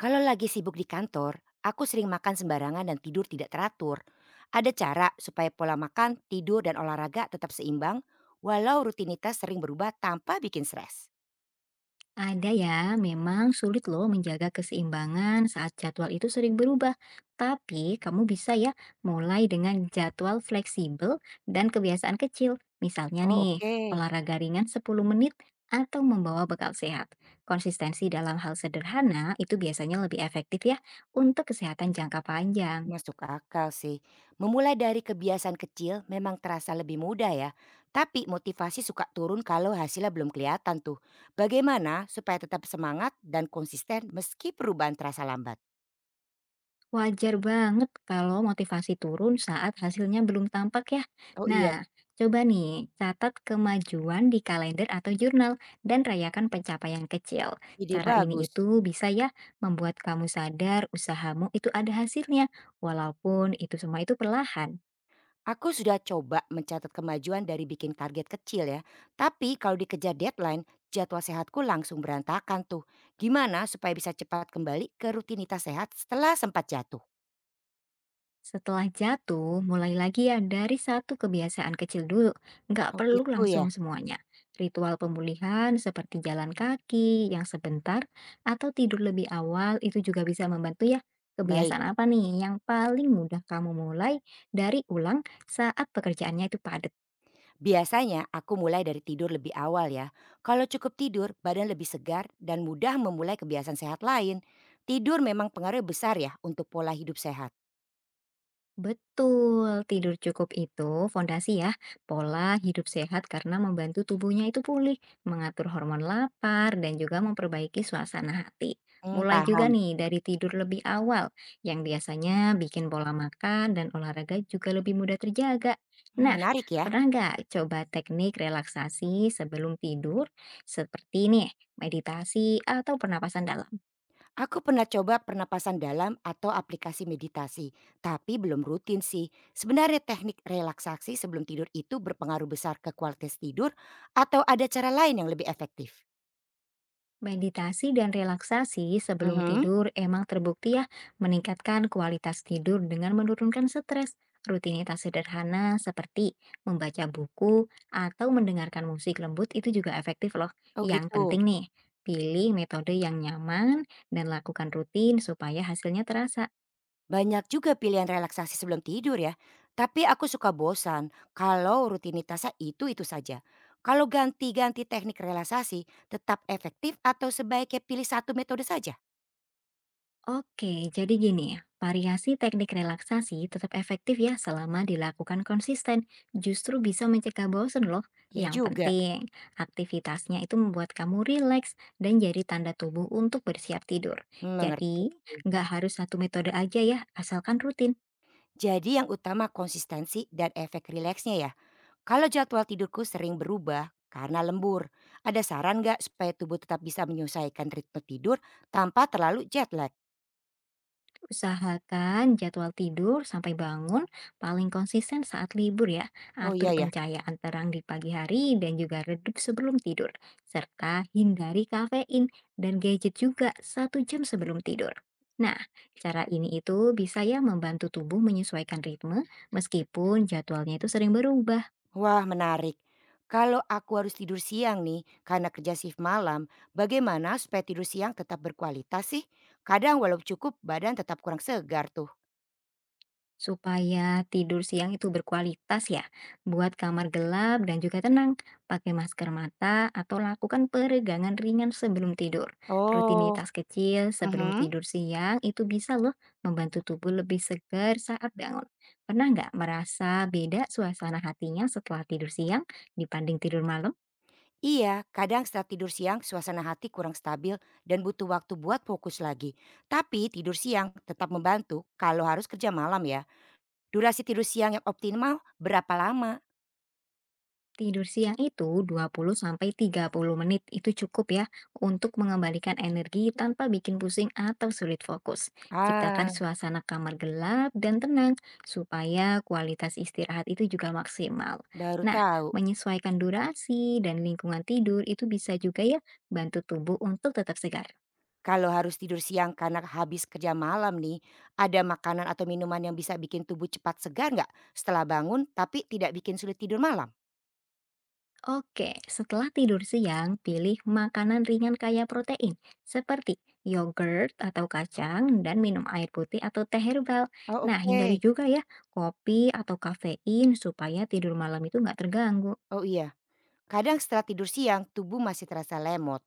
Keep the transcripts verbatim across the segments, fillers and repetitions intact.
Kalau lagi sibuk di kantor, aku sering makan sembarangan dan tidur tidak teratur. Ada cara supaya pola makan, tidur, dan olahraga tetap seimbang, walau rutinitas sering berubah tanpa bikin stres. Ada ya, memang sulit loh menjaga keseimbangan saat jadwal itu sering berubah. Tapi kamu bisa ya mulai dengan jadwal fleksibel dan kebiasaan kecil. Misalnya Oh nih, oke, olahraga ringan sepuluh menit atau membawa bekal sehat. Konsistensi dalam hal sederhana itu biasanya lebih efektif ya untuk kesehatan jangka panjang. masuk akal sih. Memulai dari kebiasaan kecil memang terasa lebih mudah ya. Tapi motivasi suka turun kalau hasilnya belum kelihatan tuh. Bagaimana supaya tetap semangat dan konsisten meski perubahan terasa lambat? Wajar banget kalau motivasi turun saat hasilnya belum tampak ya. Oh iya, Nah, coba nih catat kemajuan di kalender atau jurnal dan rayakan pencapaian kecil. ide Cara ini bagus. itu bisa ya membuat kamu sadar usahamu itu ada hasilnya, walaupun itu semua itu perlahan. Aku sudah coba mencatat kemajuan dari bikin target kecil ya. Tapi kalau dikejar deadline, jadwal sehatku langsung berantakan tuh. Gimana supaya bisa cepat kembali ke rutinitas sehat setelah sempat jatuh? Setelah jatuh, mulai lagi ya dari satu kebiasaan kecil dulu. Nggak Oh perlu gitu ya. langsung semuanya. Ritual pemulihan seperti jalan kaki yang sebentar atau tidur lebih awal itu juga bisa membantu ya. Baik, Kebiasaan apa nih yang paling mudah kamu mulai dari ulang saat pekerjaannya itu padat? biasanya aku mulai dari tidur lebih awal ya. Kalau cukup tidur, badan lebih segar dan mudah memulai kebiasaan sehat lain. Tidur memang pengaruh besar ya untuk pola hidup sehat. Betul, tidur cukup itu fondasi ya, pola hidup sehat karena membantu tubuhnya itu pulih, mengatur hormon lapar, dan juga memperbaiki suasana hati. Hmm, Mulai juga paham. nih dari tidur lebih awal, yang biasanya bikin pola makan dan olahraga juga lebih mudah terjaga. Hmm, Nah, menarik ya. pernah nggak coba teknik relaksasi sebelum tidur? Seperti nih, meditasi atau pernapasan dalam? Aku pernah coba pernapasan dalam atau aplikasi meditasi, tapi belum rutin sih. Sebenarnya teknik relaksasi sebelum tidur itu berpengaruh besar ke kualitas tidur atau ada cara lain yang lebih efektif? Meditasi dan relaksasi sebelum Mhm. tidur emang terbukti ya meningkatkan kualitas tidur dengan menurunkan stres. Rutinitas sederhana seperti membaca buku atau mendengarkan musik lembut itu juga efektif loh. Oh Yang gitu. penting nih, pilih metode yang nyaman dan lakukan rutin supaya hasilnya terasa. Banyak juga pilihan relaksasi sebelum tidur ya. Tapi aku suka bosan kalau rutinitasnya itu-itu saja. Kalau ganti-ganti teknik relaksasi tetap efektif atau sebaiknya pilih satu metode saja? Oke, jadi gini ya, variasi teknik relaksasi tetap efektif ya selama dilakukan konsisten. Justru bisa mencegah bosen loh. Iya Yang juga. penting, aktivitasnya itu membuat kamu rileks dan jadi tanda tubuh untuk bersiap tidur. Hmm, mengerti. Jadi, nggak harus satu metode aja ya, asalkan rutin. Jadi yang utama konsistensi dan efek rileksnya ya. Kalau jadwal tidurku sering berubah karena lembur. Ada saran nggak supaya tubuh tetap bisa menyesuaikan ritme tidur tanpa terlalu jet lag? Usahakan jadwal tidur sampai bangun paling konsisten saat libur ya. Oh Atur iya ya. pencahayaan terang di pagi hari dan juga redup sebelum tidur. Serta hindari kafein dan gadget juga satu jam sebelum tidur. Nah, cara ini itu bisa ya membantu tubuh menyesuaikan ritme meskipun jadwalnya itu sering berubah. Wah, menarik. Kalau aku harus tidur siang nih karena kerja shift malam, bagaimana supaya tidur siang tetap berkualitas sih? Kadang walau cukup badan tetap kurang segar tuh. Supaya tidur siang itu berkualitas ya, buat kamar gelap dan juga tenang, pakai masker mata atau lakukan peregangan ringan sebelum tidur. Oh, Rutinitas kecil sebelum mhm. tidur siang itu bisa loh membantu tubuh lebih segar saat bangun. Pernah nggak merasa beda suasana hatinya setelah tidur siang dibanding tidur malam? Iya, kadang setelah tidur siang suasana hati kurang stabil dan butuh waktu buat fokus lagi. Tapi tidur siang tetap membantu kalau harus kerja malam ya. Durasi tidur siang yang optimal berapa lama? Tidur siang itu dua puluh sampai tiga puluh menit itu cukup ya untuk mengembalikan energi tanpa bikin pusing atau sulit fokus. Ciptakan Ah, suasana kamar gelap dan tenang supaya kualitas istirahat itu juga maksimal. baru Nah, tahu. menyesuaikan durasi dan lingkungan tidur itu bisa juga ya bantu tubuh untuk tetap segar. Kalau harus tidur siang karena habis kerja malam nih, ada makanan atau minuman yang bisa bikin tubuh cepat segar nggak setelah bangun tapi tidak bikin sulit tidur malam? Oke, setelah tidur siang, pilih makanan ringan kaya protein seperti yogurt atau kacang dan minum air putih atau teh herbal. Oh Nah, oke. hindari juga ya kopi atau kafein supaya tidur malam itu nggak terganggu. Oh iya. Kadang setelah tidur siang, tubuh masih terasa lemot.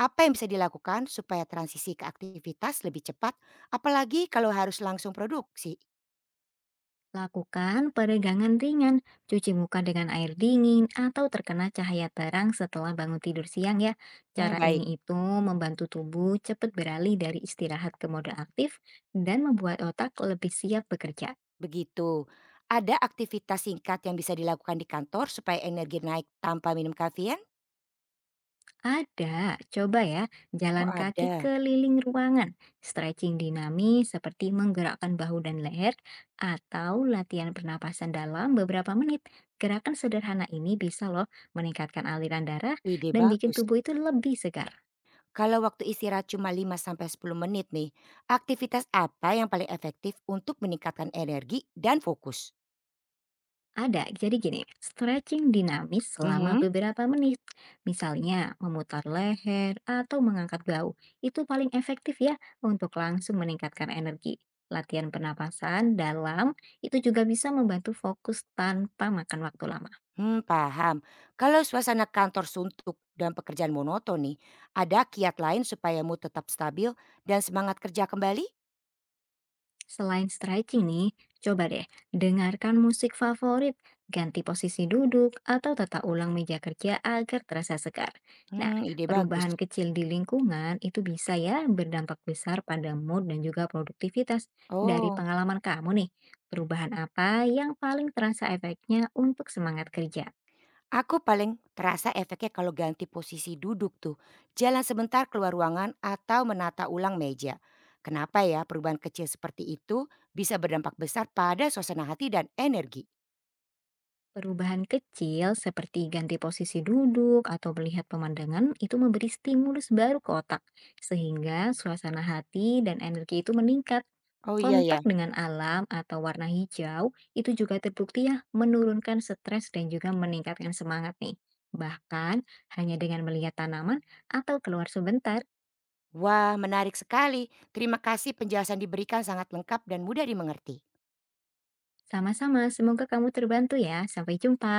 Apa yang bisa dilakukan supaya transisi ke aktivitas lebih cepat, apalagi kalau harus langsung produksi? Lakukan peregangan ringan, cuci muka dengan air dingin, atau terkena cahaya terang setelah bangun tidur siang ya. Hmm, Cara baik, ini itu membantu tubuh cepat beralih dari istirahat ke mode aktif dan membuat otak lebih siap bekerja. begitu. Ada aktivitas singkat yang bisa dilakukan di kantor supaya energi naik tanpa minum kafein? Ada, coba ya, Oh, jalan kaki ada. keliling ruangan, stretching dinamis seperti menggerakkan bahu dan leher, atau latihan pernapasan dalam beberapa menit. Gerakan sederhana ini bisa loh meningkatkan aliran darah Ide dan bikin bagus. tubuh itu lebih segar. Kalau waktu istirahat cuma lima sampai sepuluh menit nih, aktivitas apa yang paling efektif untuk meningkatkan energi dan fokus? Ada, jadi gini, stretching dinamis selama Mhm. beberapa menit, misalnya memutar leher atau mengangkat bahu, itu paling efektif ya untuk langsung meningkatkan energi. Latihan pernapasan dalam itu juga bisa membantu fokus tanpa makan waktu lama. Hmm, paham. Kalau suasana kantor suntuk dan pekerjaan monoton nih, ada kiat lain supaya mood tetap stabil dan semangat kerja kembali? Selain stretching nih, coba deh dengarkan musik favorit, ganti posisi duduk, atau tata ulang meja kerja agar terasa segar. Nah, Hmm, ide bagus. perubahan kecil di lingkungan itu bisa ya berdampak besar pada mood dan juga produktivitas. Dari Oh, pengalaman kamu nih, perubahan apa yang paling terasa efeknya untuk semangat kerja? aku paling terasa efeknya kalau ganti posisi duduk tuh. Jalan sebentar keluar ruangan atau menata ulang meja. Kenapa ya perubahan kecil seperti itu bisa berdampak besar pada suasana hati dan energi? Perubahan kecil seperti ganti posisi duduk atau melihat pemandangan itu memberi stimulus baru ke otak, sehingga suasana hati dan energi itu meningkat. Oh iya ya. Kontak dengan alam atau warna hijau itu juga terbukti ya menurunkan stres dan juga meningkatkan semangat nih. Bahkan hanya dengan melihat tanaman atau keluar sebentar. Wah, menarik sekali. Terima kasih penjelasan diberikan sangat lengkap dan mudah dimengerti. Sama-sama, semoga kamu terbantu ya. Sampai jumpa.